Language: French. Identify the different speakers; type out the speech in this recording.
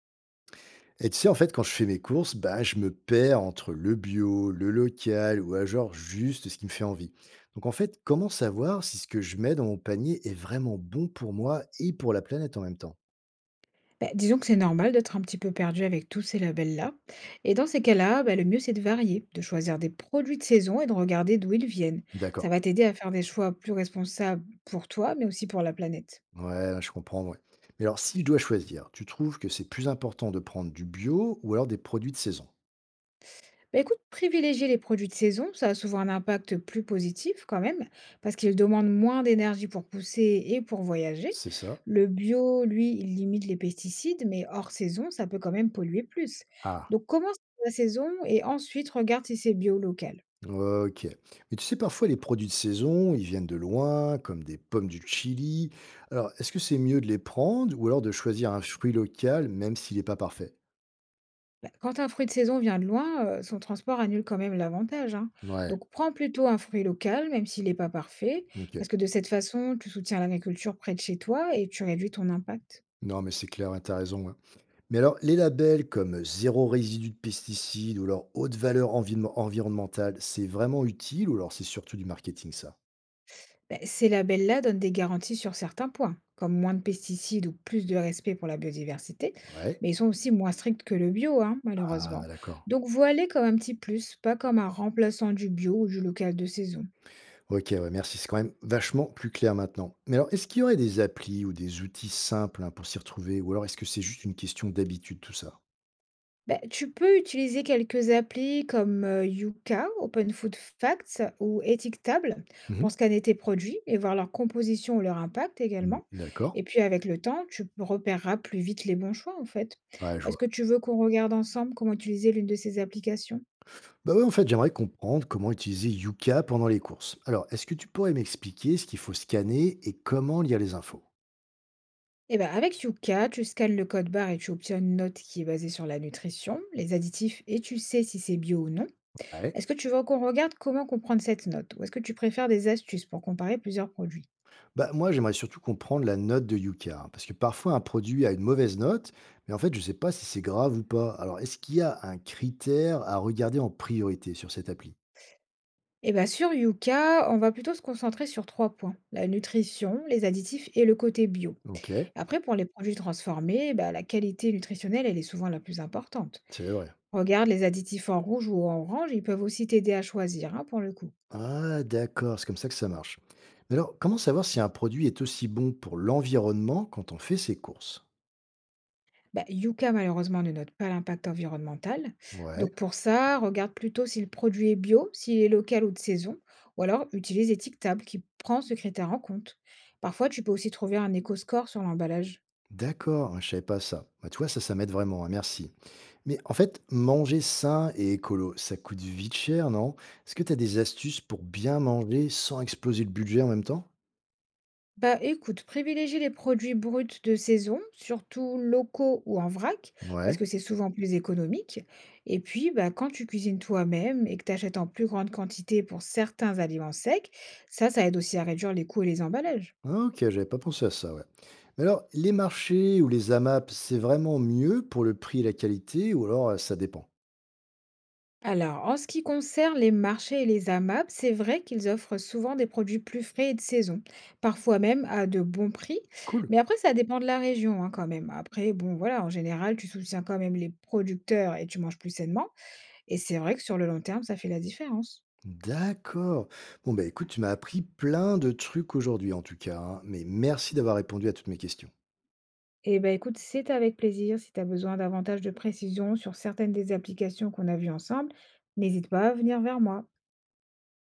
Speaker 1: Et tu sais, en fait, quand je fais mes courses, bah, je me perds entre le bio, le local ou à genre juste ce qui me fait envie. Donc, en fait, comment savoir si ce que je mets dans mon panier est vraiment bon pour moi et pour la planète en même temps?
Speaker 2: Bah, disons que c'est normal d'être un petit peu perdu avec tous ces labels-là. Et dans ces cas-là, bah, le mieux c'est de varier, de choisir des produits de saison et de regarder d'où ils viennent. Ça
Speaker 1: D'accord.
Speaker 2: va t'aider à faire des choix plus responsables pour toi, mais aussi pour la planète.
Speaker 1: Ouais, je comprends, ouais. Mais alors, si je dois choisir, tu trouves que c'est plus important de prendre du bio ou alors des produits de saison?
Speaker 2: Bah, écoute, privilégier les produits de saison, ça a souvent un impact plus positif quand même, parce qu'ils demandent moins d'énergie pour pousser et pour voyager.
Speaker 1: C'est ça?
Speaker 2: Le bio, lui, il limite les pesticides, mais hors saison, ça peut quand même polluer plus.
Speaker 1: Ah.
Speaker 2: Donc commence la saison et ensuite regarde si c'est bio local.
Speaker 1: Ok. Mais tu sais, parfois, les produits de saison, ils viennent de loin, comme des pommes du Chili. Alors, est-ce que c'est mieux de les prendre ou alors de choisir un fruit local, même s'il n'est pas parfait?
Speaker 2: Quand un fruit de saison vient de loin, son transport annule quand même l'avantage, hein.
Speaker 1: Ouais,
Speaker 2: Donc prends plutôt un fruit local, même s'il n'est pas parfait,
Speaker 1: ok.
Speaker 2: parce que de cette façon, tu soutiens l'agriculture près de chez toi et tu réduis ton impact.
Speaker 1: Non, mais c'est clair, hein, t'as raison. Hein. Mais alors, les labels comme zéro résidu de pesticides ou leur haute valeur environnementale, c'est vraiment utile ou alors c'est surtout du marketing, ça?
Speaker 2: Ben, ces labels-là donnent des garanties sur certains points, comme moins de pesticides ou plus de respect pour la biodiversité,
Speaker 1: Ouais.
Speaker 2: mais ils sont aussi moins stricts que le bio, hein,
Speaker 1: Ah,
Speaker 2: malheureusement.
Speaker 1: d'accord.
Speaker 2: Donc voiler comme un petit plus, pas comme un remplaçant du bio ou du local de saison.
Speaker 1: OK, ouais, merci. C'est quand même vachement plus clair maintenant. Mais alors, est-ce qu'il y aurait des applis ou des outils simples hein, pour s'y retrouver? Ou alors, est-ce que c'est juste une question d'habitude, tout ça?
Speaker 2: Bah, tu peux utiliser quelques applis comme Yuka, Open Food Facts ou Étiquetable
Speaker 1: Mhm.
Speaker 2: pour scanner tes produits et voir leur composition ou leur impact
Speaker 1: Mm,
Speaker 2: également.
Speaker 1: D'accord.
Speaker 2: Et puis avec le temps, tu repéreras plus vite les bons choix en fait.
Speaker 1: Ouais, je
Speaker 2: Est-ce que
Speaker 1: vois.
Speaker 2: tu veux qu'on regarde ensemble comment utiliser l'une de ces applications?
Speaker 1: Bah ouais, en fait, j'aimerais comprendre comment utiliser Yuka pendant les courses. Alors, est-ce que tu pourrais m'expliquer ce qu'il faut scanner et comment lire les infos?
Speaker 2: Eh ben, avec Yuka, tu scannes le code barre et tu obtiens une note qui est basée sur la nutrition, les additifs et tu sais si c'est bio ou non.
Speaker 1: Ouais.
Speaker 2: Est-ce que tu veux qu'on regarde comment comprendre cette note ou est-ce que tu préfères des astuces pour comparer plusieurs produits?
Speaker 1: Bah, moi, j'aimerais surtout comprendre la note de Yuka, hein, parce que parfois un produit a une mauvaise note, mais en fait, je ne sais pas si c'est grave ou pas. Alors, est-ce qu'il y a un critère à regarder en priorité sur cette appli?
Speaker 2: Eh ben, sur Yuka, on va plutôt se concentrer sur 3 points, la nutrition, les additifs et le côté bio.
Speaker 1: Ok.
Speaker 2: Après, pour les produits transformés, bah, la qualité nutritionnelle, elle est souvent la plus importante.
Speaker 1: C'est vrai.
Speaker 2: Regarde les additifs en rouge ou en orange, ils peuvent aussi t'aider à choisir, hein, pour le coup.
Speaker 1: Ah d'accord, c'est comme ça que ça marche. Mais alors, comment savoir si un produit est aussi bon pour l'environnement quand on fait ses courses?
Speaker 2: Bah, Yuka, malheureusement, ne note pas l'impact environnemental.
Speaker 1: Ouais,
Speaker 2: Donc pour ça, regarde plutôt si le produit est bio, s'il est local ou de saison, ou alors utilise Étiquetable qui prend ce critère en compte. Parfois, tu peux aussi trouver un éco-score sur l'emballage.
Speaker 1: d'accord, je savais pas ça. Bah, tu vois, ça m'aide vraiment, hein, merci. Mais en fait, manger sain et écolo, ça coûte vite cher, non? Est-ce que tu as des astuces pour bien manger sans exploser le budget en même temps?
Speaker 2: Bah écoute, privilégie les produits bruts de saison, surtout locaux ou en vrac, parce
Speaker 1: Ouais.
Speaker 2: que c'est souvent plus économique. Et puis, bah, quand tu cuisines toi-même et que tu achètes en plus grande quantité pour certains aliments secs, ça aide aussi à réduire les coûts et les emballages.
Speaker 1: Ah, Ok, j'avais pas pensé à ça, ouais. Mais alors, les marchés ou les AMAP, c'est vraiment mieux pour le prix et la qualité, ou alors ça dépend?
Speaker 2: Alors, en ce qui concerne les marchés et les AMAP, c'est vrai qu'ils offrent souvent des produits plus frais et de saison, parfois même à de bons prix.
Speaker 1: Cool.
Speaker 2: Mais après, ça dépend de la région hein, quand même. Après, bon, voilà, en général, tu soutiens quand même les producteurs et tu manges plus sainement. Et c'est vrai que sur le long terme, ça fait la différence.
Speaker 1: D'accord. Bon, bah écoute, tu m'as appris plein de trucs aujourd'hui en tout cas, hein, mais merci d'avoir répondu à toutes mes questions.
Speaker 2: Eh ben écoute, c'est avec plaisir. Si tu as besoin davantage de précisions sur certaines des applications qu'on a vues ensemble, n'hésite pas à venir vers moi.